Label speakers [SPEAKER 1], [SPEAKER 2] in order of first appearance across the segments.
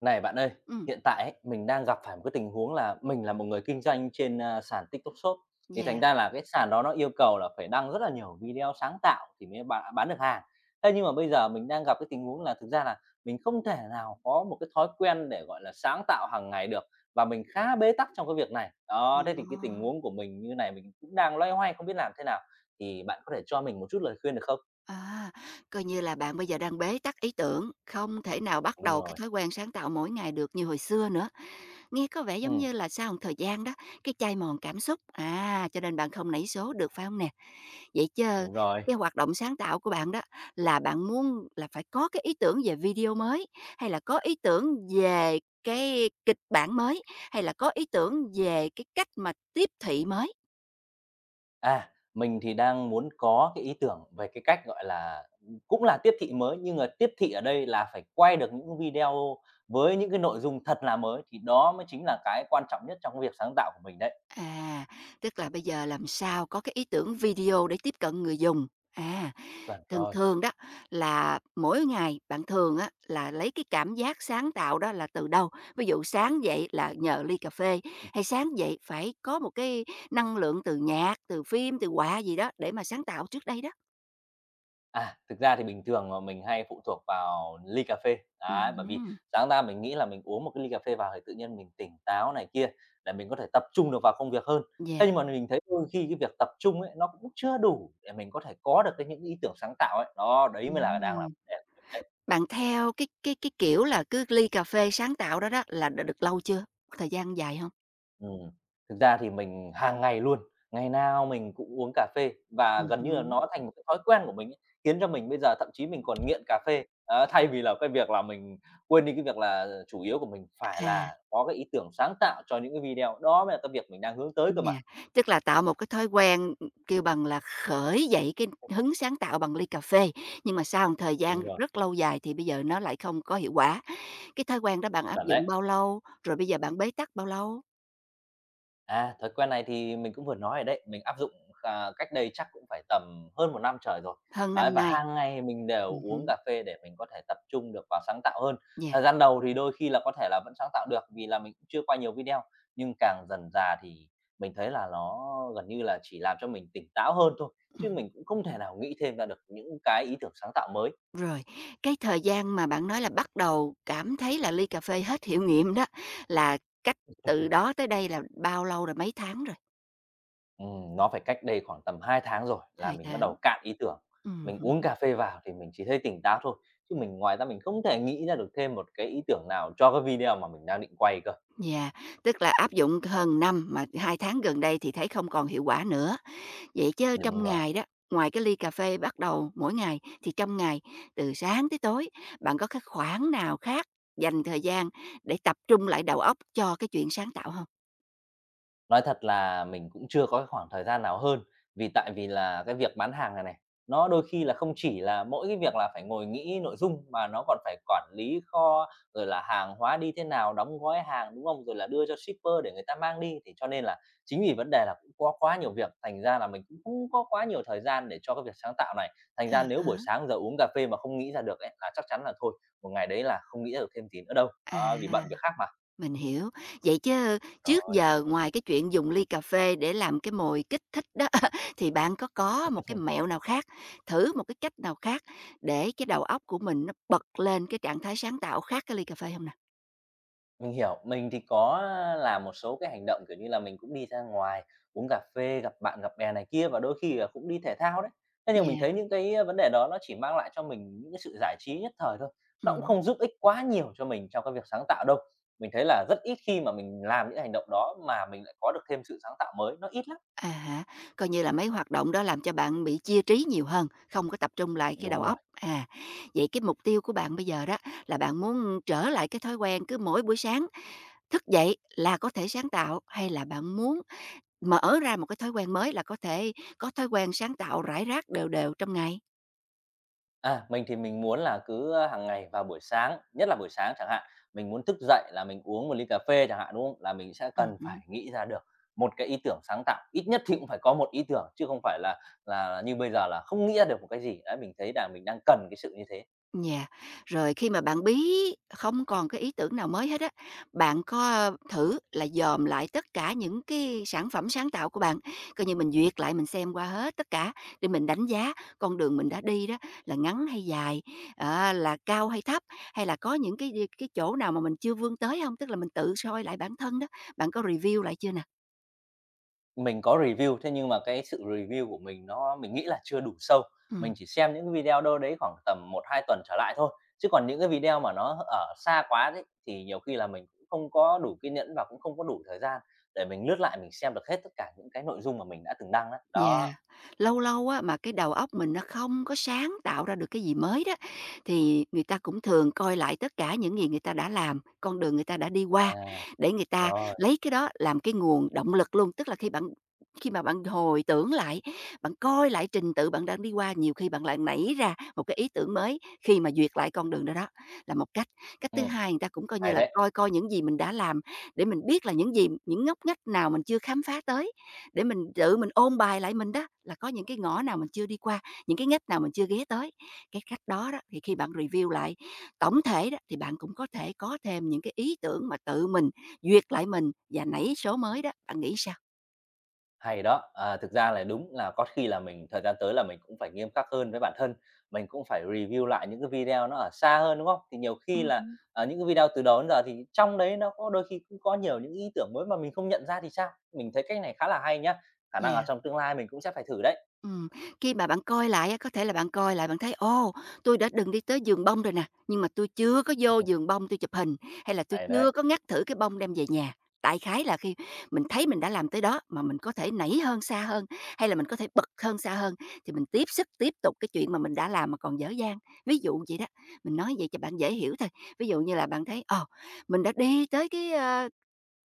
[SPEAKER 1] Này bạn ơi,
[SPEAKER 2] Ừm,
[SPEAKER 1] hiện tại ấy, mình đang gặp phải một cái tình huống là mình là một người kinh doanh trên, sàn TikTok Shop, thì thành
[SPEAKER 2] yeah,
[SPEAKER 1] ra là cái sàn đó nó yêu cầu là phải đăng rất là nhiều video sáng tạo thì mới bán được hàng. Thế nhưng mà bây giờ mình đang gặp cái tình huống là thực ra là mình không thể nào có một cái thói quen để, gọi là, sáng tạo hàng ngày được và mình khá bế tắc trong cái việc này.
[SPEAKER 2] ồ,
[SPEAKER 1] Đó, thế thì cái tình huống của mình như này mình cũng đang loay hoay không biết làm thế nào, thì bạn có thể cho mình một chút lời khuyên được không?
[SPEAKER 2] à, coi như là bạn bây giờ đang bế tắc ý tưởng, không thể nào bắt
[SPEAKER 1] Đúng
[SPEAKER 2] đầu cái
[SPEAKER 1] rồi,
[SPEAKER 2] thói quen sáng tạo mỗi ngày được như hồi xưa nữa. Nghe có vẻ giống
[SPEAKER 1] ừm,
[SPEAKER 2] như là sau một thời gian đó, cái chai mòn cảm xúc, à, cho nên bạn không nảy số được, phải không nè? Vậy chớ
[SPEAKER 1] đúng rồi.
[SPEAKER 2] cái hoạt động sáng tạo của bạn đó là bạn muốn là phải có cái ý tưởng về video mới, hay là có ý tưởng về cái kịch bản mới, hay là có ý tưởng về cái cách mà tiếp thị mới?
[SPEAKER 1] À, mình thì đang muốn có cái ý tưởng về cái cách, gọi là, cũng là tiếp thị mới, nhưng mà tiếp thị ở đây là phải quay được những video với những cái nội dung thật là mới, thì đó mới chính là cái quan trọng nhất trong việc sáng tạo của mình đấy.
[SPEAKER 2] À, tức là bây giờ làm sao có cái ý tưởng video để tiếp cận người dùng. À,
[SPEAKER 1] Chuẩn
[SPEAKER 2] thường
[SPEAKER 1] rồi.
[SPEAKER 2] thường đó là mỗi ngày bạn thường á là lấy cái cảm giác sáng tạo đó là từ đâu? Ví dụ sáng dậy là nhờ ly cà phê hay sáng dậy phải có một cái năng lượng từ nhạc, từ phim, từ họa gì đó để mà sáng tạo trước đây đó.
[SPEAKER 1] À, thực ra thì bình thường mà mình hay phụ thuộc vào ly cà phê, đấy, bởi vì
[SPEAKER 2] Ừm,
[SPEAKER 1] sáng ra mình nghĩ là mình uống một cái ly cà phê vào thì tự nhiên mình tỉnh táo này kia, để mình có thể tập trung được vào công việc hơn. Thế
[SPEAKER 2] yeah.
[SPEAKER 1] nhưng mà mình thấy đôi khi cái việc tập trung ấy, nó cũng chưa đủ để mình có thể có được cái những ý tưởng sáng tạo ấy, đó, đấy mới là đang là
[SPEAKER 2] Ừm.
[SPEAKER 1] vấn đề.
[SPEAKER 2] Bạn theo cái kiểu là cứ ly cà phê sáng tạo đó đó là đã được lâu chưa? Có thời gian dài không?
[SPEAKER 1] Ừm, thực ra thì mình hàng ngày luôn, ngày nào mình cũng uống cà phê và gần như là
[SPEAKER 2] Ừm.
[SPEAKER 1] nó thành một cái thói quen của mình ấy, khiến cho mình bây giờ thậm chí mình còn nghiện cà phê. Đó, thay vì là cái việc là mình quên đi cái việc là chủ yếu của mình phải
[SPEAKER 2] À.
[SPEAKER 1] là có cái ý tưởng sáng tạo cho những cái video, đó mới là cái việc mình đang hướng tới cơ mà.
[SPEAKER 2] Nhà, tức là tạo một cái thói quen, kêu bằng là, khởi dậy cái hứng sáng tạo bằng ly cà phê, nhưng mà sau một thời
[SPEAKER 1] Đúng
[SPEAKER 2] gian
[SPEAKER 1] rồi,
[SPEAKER 2] rất lâu dài thì bây giờ nó lại không có hiệu quả. Cái thói quen đó bạn áp
[SPEAKER 1] chuẩn
[SPEAKER 2] dụng
[SPEAKER 1] đấy.
[SPEAKER 2] bao lâu? Rồi bây giờ bạn bế tắc bao lâu?
[SPEAKER 1] À, thói quen này thì mình cũng vừa nói ở đấy, mình áp dụng, cách đây chắc cũng phải tầm hơn một năm trời rồi.
[SPEAKER 2] Hơn
[SPEAKER 1] Ấy,
[SPEAKER 2] năm
[SPEAKER 1] và
[SPEAKER 2] nay.
[SPEAKER 1] hàng ngày mình đều uống
[SPEAKER 2] Hứm,
[SPEAKER 1] cà phê để mình có thể tập trung được vào sáng tạo hơn.
[SPEAKER 2] yeah,
[SPEAKER 1] Thời gian đầu thì đôi khi là có thể là vẫn sáng tạo được vì là mình cũng chưa quay nhiều video, nhưng càng dần dà thì mình thấy là nó gần như là chỉ làm cho mình tỉnh táo hơn thôi, chứ
[SPEAKER 2] ừm,
[SPEAKER 1] mình cũng không thể nào nghĩ thêm ra được những cái ý tưởng sáng tạo mới.
[SPEAKER 2] rồi, cái thời gian mà bạn nói là bắt đầu cảm thấy là ly cà phê hết hiệu nghiệm đó, là cách từ đó tới đây là bao lâu rồi, mấy tháng rồi?
[SPEAKER 1] Nó phải cách đây khoảng tầm 2 tháng rồi là
[SPEAKER 2] Hai
[SPEAKER 1] mình bắt
[SPEAKER 2] tháng,
[SPEAKER 1] đầu cạn ý tưởng. Mình uống
[SPEAKER 2] ừm.
[SPEAKER 1] cà phê vào thì mình chỉ thấy tỉnh táo thôi, chứ mình ngoài ra mình không thể nghĩ ra được thêm một cái ý tưởng nào cho cái video mà mình đang định quay cơ.
[SPEAKER 2] Yeah, tức là áp dụng hơn năm mà 2 tháng gần đây thì thấy không còn hiệu quả nữa. Vậy chứ
[SPEAKER 1] Đúng
[SPEAKER 2] trong
[SPEAKER 1] rồi.
[SPEAKER 2] ngày đó, ngoài cái ly cà phê bắt đầu mỗi ngày thì trong ngày từ sáng tới tối, bạn có cái khoảng nào khác dành thời gian để tập trung lại đầu óc cho cái chuyện sáng tạo không?
[SPEAKER 1] Nói thật là mình cũng chưa có cái khoảng thời gian nào hơn, vì tại vì là cái việc bán hàng này này, nó đôi khi là không chỉ là mỗi cái việc là phải ngồi nghĩ nội dung mà nó còn phải quản lý kho, rồi là hàng hóa đi thế nào, đóng gói hàng, đúng không? Rồi là đưa cho shipper để người ta mang đi, thì cho nên là chính vì vấn đề là cũng có quá nhiều việc, thành ra là mình cũng không có quá nhiều thời gian để cho cái việc sáng tạo này. Thành
[SPEAKER 2] À
[SPEAKER 1] ra nếu
[SPEAKER 2] há,
[SPEAKER 1] buổi sáng giờ uống cà phê mà không nghĩ ra được ấy, là chắc chắn là thôi, một ngày đấy là không nghĩ ra được thêm tí nữa đâu,
[SPEAKER 2] à.
[SPEAKER 1] đó, vì bận việc khác mà.
[SPEAKER 2] Mình hiểu. Vậy chứ trước
[SPEAKER 1] Rồi.
[SPEAKER 2] giờ ngoài cái chuyện dùng ly cà phê để làm cái mồi kích thích đó, thì bạn có một cái mẹo nào khác, thử một cái cách nào khác để cái đầu óc của mình nó bật lên cái trạng thái sáng tạo khác cái ly cà phê không nè?
[SPEAKER 1] Mình hiểu, mình thì có làm một số cái hành động, kiểu như là, mình cũng đi ra ngoài uống cà phê, gặp bạn gặp bè này kia và đôi khi là cũng đi thể thao đấy. Thế nhưng mình
[SPEAKER 2] Yeah,
[SPEAKER 1] thấy những cái, vấn đề đó nó chỉ mang lại cho mình những cái sự giải trí nhất thời thôi, nó cũng
[SPEAKER 2] ừm,
[SPEAKER 1] không giúp ích quá nhiều cho mình trong cái việc sáng tạo đâu. Mình thấy là rất ít khi mà mình làm những hành động đó mà mình lại có được thêm sự sáng tạo mới, nó ít lắm.
[SPEAKER 2] à hả, coi như là mấy hoạt động đó làm cho bạn bị chia trí nhiều hơn, không có tập trung lại cái đầu
[SPEAKER 1] Đúng rồi.
[SPEAKER 2] óc. À, vậy cái mục tiêu của bạn bây giờ đó là bạn muốn trở lại cái thói quen cứ mỗi buổi sáng thức dậy là có thể sáng tạo, hay là bạn muốn mở ra một cái thói quen mới là có thể có thói quen sáng tạo rải rác đều đều trong ngày.
[SPEAKER 1] À, mình thì mình muốn là cứ, hàng ngày vào buổi sáng, nhất là buổi sáng chẳng hạn, mình muốn thức dậy là mình uống một ly cà phê chẳng hạn, đúng không? Là mình sẽ cần
[SPEAKER 2] Hứm,
[SPEAKER 1] phải nghĩ ra được một cái ý tưởng sáng tạo, ít nhất thì cũng phải có một ý tưởng, chứ không phải là như bây giờ là không nghĩ ra được một cái gì. Đấy, mình thấy là mình đang cần cái sự như thế.
[SPEAKER 2] yeah. Rồi khi mà bạn bí không còn cái ý tưởng nào mới hết á, bạn có thử là dòm lại tất cả những cái sản phẩm sáng tạo của bạn, coi như mình duyệt lại mình xem qua hết tất cả để mình đánh giá con đường mình đã đi đó là ngắn hay dài, à, là cao hay thấp, hay là có những cái chỗ nào mà mình chưa vươn tới không, tức là mình tự soi lại bản thân đó, bạn có review lại chưa nè?
[SPEAKER 1] Mình có review, thế nhưng mà cái sự review của mình nó mình nghĩ là chưa đủ sâu.
[SPEAKER 2] Ừm.
[SPEAKER 1] Mình chỉ xem những cái video đâu đấy khoảng tầm một hai tuần trở lại thôi, chứ còn những cái video mà nó ở xa quá đấy, thì nhiều khi là mình cũng không có đủ kiên nhẫn và cũng không có đủ thời gian để mình lướt lại mình xem được hết tất cả những cái nội dung mà mình đã từng đăng á.
[SPEAKER 2] Yeah,
[SPEAKER 1] Đó,
[SPEAKER 2] lâu lâu á, mà cái đầu óc mình nó không có sáng tạo ra được cái gì mới đó, thì người ta cũng thường coi lại tất cả những gì người ta đã làm, con đường người ta đã đi qua,
[SPEAKER 1] à,
[SPEAKER 2] để người ta
[SPEAKER 1] rồi,
[SPEAKER 2] lấy cái đó làm cái nguồn động lực luôn. Tức là khi mà bạn hồi tưởng lại, bạn coi lại trình tự bạn đã đi qua, nhiều khi bạn lại nảy ra một cái ý tưởng mới khi mà duyệt lại con đường đó đó, là một cách. Cách thứ
[SPEAKER 1] ừm,
[SPEAKER 2] hai người ta cũng coi như
[SPEAKER 1] hay
[SPEAKER 2] là
[SPEAKER 1] đấy.
[SPEAKER 2] coi coi những gì mình đã làm để mình biết là những gì, những ngóc ngách nào mình chưa khám phá tới để mình tự mình ôn bài lại mình đó, là có những cái ngõ nào mình chưa đi qua, những cái ngách nào mình chưa ghé tới. Cái cách đó đó, thì khi bạn review lại tổng thể đó, thì bạn cũng có thể có thêm những cái ý tưởng mà tự mình duyệt lại mình và nảy số mới đó, bạn nghĩ sao?
[SPEAKER 1] Hay đó. À, thực ra là đúng là có khi là mình thời gian tới là mình cũng phải nghiêm khắc hơn với bản thân, mình cũng phải review lại những cái video nó ở xa hơn, đúng không? Thì nhiều khi là,
[SPEAKER 2] Hưm,
[SPEAKER 1] những cái video từ đó đến giờ thì trong đấy nó có đôi khi cũng có nhiều những ý tưởng mới mà mình không nhận ra thì sao? Mình thấy cách này khá là hay nhá, khả năng là
[SPEAKER 2] yeah.
[SPEAKER 1] trong tương lai mình cũng sẽ phải thử đấy.
[SPEAKER 2] Ừm, khi mà bạn coi lại á, có thể là bạn coi lại bạn thấy, ô, tôi đã từng đi tới vườn bông rồi nè, nhưng mà tôi chưa có vô vườn bông tôi chụp hình, hay là tôi
[SPEAKER 1] Hay
[SPEAKER 2] chưa
[SPEAKER 1] đấy.
[SPEAKER 2] có ngắt thử cái bông đem về nhà. Đại khái là khi mình thấy mình đã làm tới đó mà mình có thể nảy hơn, xa hơn, hay là mình có thể bật hơn, xa hơn, thì mình tiếp sức tiếp tục cái chuyện mà mình đã làm mà còn dở dang. Ví dụ vậy đó, mình nói vậy cho bạn dễ hiểu thôi. Ví dụ như là bạn thấy, ồ, mình đã đi tới cái, ơ,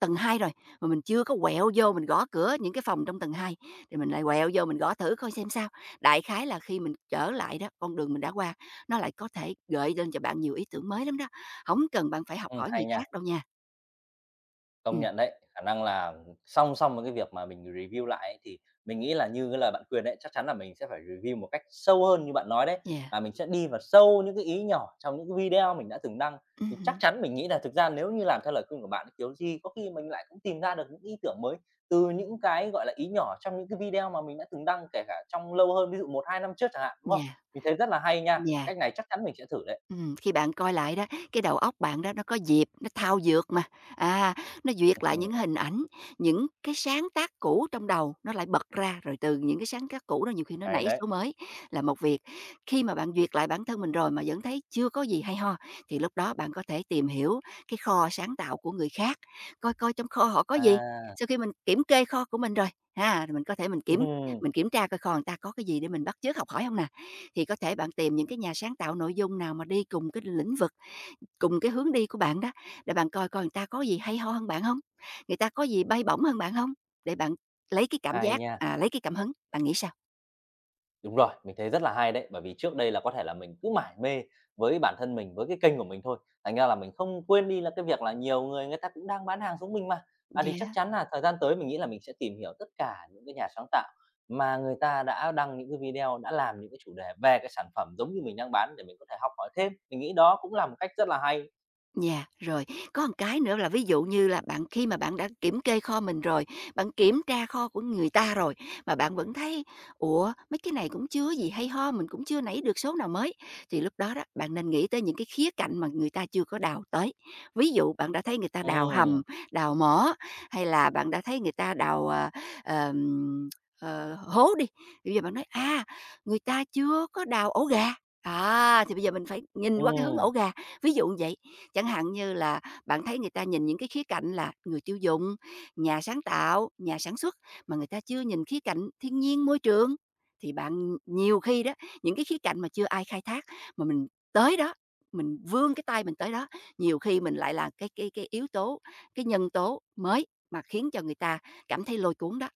[SPEAKER 2] tầng 2 rồi, mà mình chưa có quẹo vô mình gõ cửa những cái phòng trong tầng 2 thì mình lại quẹo vô mình gõ thử coi xem sao. Đại khái là khi mình trở lại đó, con đường mình đã qua, nó lại có thể gợi lên cho bạn nhiều ý tưởng mới lắm đó. Không cần bạn phải học hỏi
[SPEAKER 1] Hay
[SPEAKER 2] người
[SPEAKER 1] nha.
[SPEAKER 2] khác đâu nha.
[SPEAKER 1] Công
[SPEAKER 2] Ừm,
[SPEAKER 1] nhận đấy, khả năng là song song với cái việc mà mình review lại ấy, thì mình nghĩ là như cái lời bạn khuyên đấy, chắc chắn là mình sẽ phải review một cách sâu hơn như bạn nói đấy,
[SPEAKER 2] yeah,
[SPEAKER 1] là mình sẽ đi vào sâu những cái ý nhỏ trong những cái video mình đã từng đăng. Thì chắc
[SPEAKER 2] ừm,
[SPEAKER 1] chắn mình nghĩ là thực ra nếu như làm theo lời khuyên của bạn thì kiểu gì có khi mình lại cũng tìm ra được những ý tưởng mới từ những cái, gọi là, ý nhỏ trong những cái video mà mình đã từng đăng, kể cả trong lâu hơn, ví dụ một 2 năm trước chẳng hạn, đúng không?
[SPEAKER 2] yeah,
[SPEAKER 1] Mình thấy rất là hay nha,
[SPEAKER 2] yeah.
[SPEAKER 1] cách này chắc chắn mình sẽ thử đấy.
[SPEAKER 2] Khi bạn coi lại đó, cái đầu óc bạn đó nó có dịp nó thao dượt mà, à, nó duyệt lại
[SPEAKER 1] Ừm,
[SPEAKER 2] những hình ảnh, những cái sáng tác cũ trong đầu nó lại bật ra, rồi từ những cái sáng tác cũ đó nhiều khi nó
[SPEAKER 1] hay
[SPEAKER 2] nảy
[SPEAKER 1] đấy.
[SPEAKER 2] số mới là một việc. Khi mà bạn duyệt lại bản thân mình rồi mà vẫn thấy chưa có gì hay ho, thì lúc đó bạn có thể tìm hiểu cái kho sáng tạo của người khác, coi coi trong kho họ có gì.
[SPEAKER 1] À,
[SPEAKER 2] Sau khi mình kiểm kê kho của mình rồi, ha, rồi mình có thể
[SPEAKER 1] ừm,
[SPEAKER 2] mình kiểm tra coi kho người ta có cái gì để mình bắt chước học hỏi không nè? Thì có thể bạn tìm những cái nhà sáng tạo nội dung nào mà đi cùng cái lĩnh vực, cùng cái hướng đi của bạn đó, để bạn coi coi người ta có gì hay ho hơn bạn không, người ta có gì bay bổng hơn bạn không, để bạn lấy cái cảm
[SPEAKER 1] hay
[SPEAKER 2] giác,
[SPEAKER 1] nha.
[SPEAKER 2] à, lấy cái cảm hứng, bạn nghĩ sao?
[SPEAKER 1] Đúng rồi, mình thấy rất là hay đấy, bởi vì trước đây là có thể là mình cứ mải mê với bản thân mình, với cái kênh của mình thôi, thành ra là mình không quên đi là cái việc là nhiều người người ta cũng đang bán hàng giống mình mà. À, thì chắc
[SPEAKER 2] Yeah.
[SPEAKER 1] chắn là thời gian tới mình nghĩ là mình sẽ tìm hiểu tất cả những cái nhà sáng tạo mà người ta đã đăng những cái video, đã làm những cái chủ đề về cái sản phẩm giống như mình đang bán để mình có thể học hỏi thêm. Mình nghĩ đó cũng là một cách rất là hay.
[SPEAKER 2] Nhà, rồi. Có một cái nữa là ví dụ như là bạn khi mà bạn đã kiểm kê kho mình rồi, bạn kiểm tra kho của người ta rồi, mà bạn vẫn thấy, ủa, mấy cái này cũng chưa gì hay ho, mình cũng chưa nảy được số nào mới, thì lúc đó đó, bạn nên nghĩ tới những cái khía cạnh mà người ta chưa có đào tới. Ví dụ bạn đã thấy người ta đào hầm,
[SPEAKER 1] Ừm,
[SPEAKER 2] đào mỏ, hay là bạn đã thấy người ta đào, ờm, hố đi, bây giờ bạn nói, à, người ta chưa có đào ổ gà, à, thì bây giờ mình phải nhìn qua cái hướng ổ
[SPEAKER 1] ừm,
[SPEAKER 2] gà. Ví dụ như vậy, chẳng hạn như là bạn thấy người ta nhìn những cái khía cạnh là người tiêu dùng, nhà sáng tạo, nhà sản xuất mà người ta chưa nhìn khía cạnh thiên nhiên, môi trường thì bạn nhiều khi đó, những cái khía cạnh mà chưa ai khai thác mà mình tới đó, mình vươn cái tay mình tới đó, nhiều khi mình lại là cái yếu tố, cái nhân tố mới mà khiến cho người ta cảm thấy lôi cuốn đó.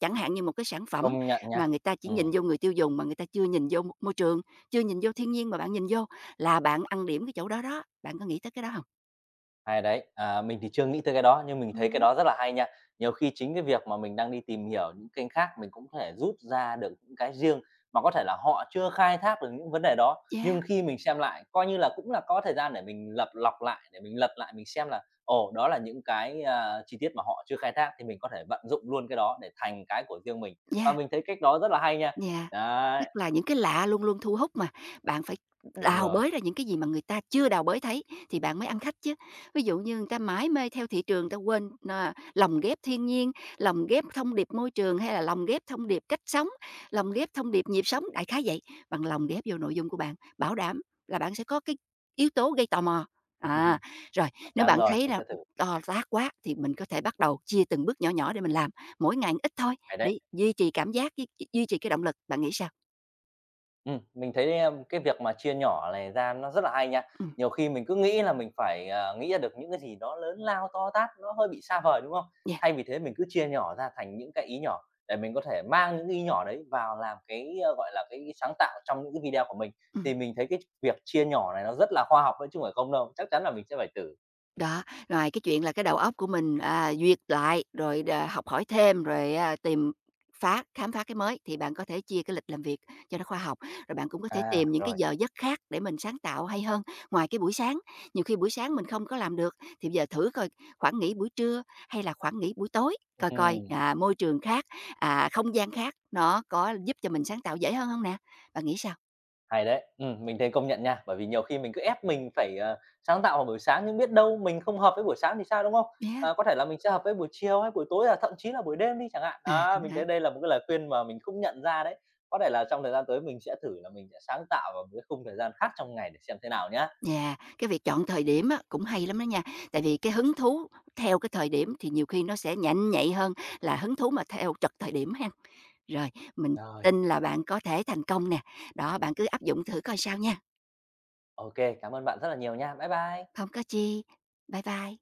[SPEAKER 2] Chẳng hạn như một cái sản phẩm
[SPEAKER 1] công nhận
[SPEAKER 2] mà
[SPEAKER 1] nha.
[SPEAKER 2] người ta chỉ nhìn
[SPEAKER 1] Ừm.
[SPEAKER 2] vô người tiêu dùng mà người ta chưa nhìn vô môi trường, chưa nhìn vô thiên nhiên mà bạn nhìn vô là bạn ăn điểm cái chỗ đó đó, bạn có nghĩ tới cái đó không?
[SPEAKER 1] Hay đấy. À, mình thì chưa nghĩ tới cái đó, nhưng mình thấy cái
[SPEAKER 2] Hứm,
[SPEAKER 1] đó rất là hay nha. Nhiều khi chính cái việc mà mình đang đi tìm hiểu những kênh khác, mình cũng có thể rút ra được những cái riêng mà có thể là họ chưa khai thác được những vấn đề đó.
[SPEAKER 2] yeah,
[SPEAKER 1] Nhưng khi mình xem lại, coi như là cũng là có thời gian để mình lập lọc lại, để mình lật lại mình xem là, ồ, đó là những cái, chi tiết mà họ chưa khai thác thì mình có thể vận dụng luôn cái đó để thành cái của riêng mình. Và
[SPEAKER 2] yeah.
[SPEAKER 1] mình thấy cách đó rất là hay nha.
[SPEAKER 2] Yeah, tức
[SPEAKER 1] Đấy,
[SPEAKER 2] là những cái lạ luôn luôn thu hút mà, bạn phải
[SPEAKER 1] đúng
[SPEAKER 2] đào
[SPEAKER 1] rồi.
[SPEAKER 2] bới ra những cái gì mà người ta chưa đào bới thấy thì bạn mới ăn khách chứ. Ví dụ như người ta mãi mê theo thị trường, người ta quên, à, lồng ghép thiên nhiên, lồng ghép thông điệp môi trường hay là lồng ghép thông điệp cách sống, lồng ghép thông điệp nhịp sống, đại khái vậy. Bạn lồng ghép vô nội dung của bạn, bảo đảm là bạn sẽ có cái yếu tố gây tò mò. À, rồi
[SPEAKER 1] Chắc
[SPEAKER 2] nếu
[SPEAKER 1] chắn
[SPEAKER 2] bạn
[SPEAKER 1] rồi,
[SPEAKER 2] thấy
[SPEAKER 1] mình
[SPEAKER 2] là
[SPEAKER 1] sẽ thử.
[SPEAKER 2] to tác quá thì mình có thể bắt đầu chia từng bước nhỏ nhỏ để mình làm, mỗi ngày ít thôi
[SPEAKER 1] Hay đấy.
[SPEAKER 2] để duy trì cảm giác với duy trì cái động lực, bạn nghĩ sao?
[SPEAKER 1] Mình thấy, cái việc mà chia nhỏ này ra nó rất là hay nha.
[SPEAKER 2] Ừm,
[SPEAKER 1] Nhiều khi mình cứ nghĩ là mình phải, nghĩ ra được những cái gì đó lớn lao, to tát, nó hơi bị xa vời, đúng không?
[SPEAKER 2] yeah,
[SPEAKER 1] Thay vì thế mình cứ chia nhỏ ra thành những cái ý nhỏ để mình có thể mang những ý nhỏ đấy vào làm cái, gọi là, cái sáng tạo trong những cái video của mình.
[SPEAKER 2] ừm,
[SPEAKER 1] Thì mình thấy cái việc chia nhỏ này nó rất là khoa học đấy chứ không phải không đâu, chắc chắn là mình sẽ phải thử.
[SPEAKER 2] đó. Rồi cái chuyện là cái đầu óc của mình, à, duyệt lại, rồi học hỏi thêm, rồi, à, phá, khám phá cái mới thì bạn có thể chia cái lịch làm việc cho nó khoa học. Rồi bạn cũng có thể
[SPEAKER 1] À,
[SPEAKER 2] tìm những cái
[SPEAKER 1] rồi,
[SPEAKER 2] giờ giấc khác để mình sáng tạo hay hơn, ngoài cái buổi sáng. Nhiều khi buổi sáng mình không có làm được thì bây giờ thử coi khoảng nghỉ buổi trưa hay là khoảng nghỉ buổi tối, coi coi,
[SPEAKER 1] ừm.
[SPEAKER 2] à, môi trường khác, à, không gian khác nó có giúp cho mình sáng tạo dễ hơn không nè? Bạn nghĩ sao?
[SPEAKER 1] Hay đấy, mình thấy công nhận nha, bởi vì nhiều khi mình cứ ép mình phải, sáng tạo vào buổi sáng nhưng biết đâu mình không hợp với buổi sáng thì sao, đúng không?
[SPEAKER 2] Yeah.
[SPEAKER 1] Ờ, có thể là mình sẽ hợp với buổi chiều hay buổi tối, thậm chí là buổi đêm đi chẳng hạn.
[SPEAKER 2] À
[SPEAKER 1] Đó, mình
[SPEAKER 2] há.
[SPEAKER 1] thấy đây là một cái lời khuyên mà mình không nhận ra đấy. Có thể là trong thời gian tới mình sẽ thử là mình sẽ sáng tạo vào một cái khung thời gian khác trong ngày để xem thế nào nhá.
[SPEAKER 2] Yeah, cái việc chọn thời điểm á, cũng hay lắm đó nha, tại vì cái hứng thú theo cái thời điểm thì nhiều khi nó sẽ nhanh nhạy hơn là hứng thú mà theo trật thời điểm ha. Rồi, mình
[SPEAKER 1] Rồi,
[SPEAKER 2] tin là bạn có thể thành công nè. Đó, bạn cứ áp dụng thử coi sao nha.
[SPEAKER 1] ok, cảm ơn bạn rất là nhiều nha. Bye bye.
[SPEAKER 2] Không có chi. Bye bye.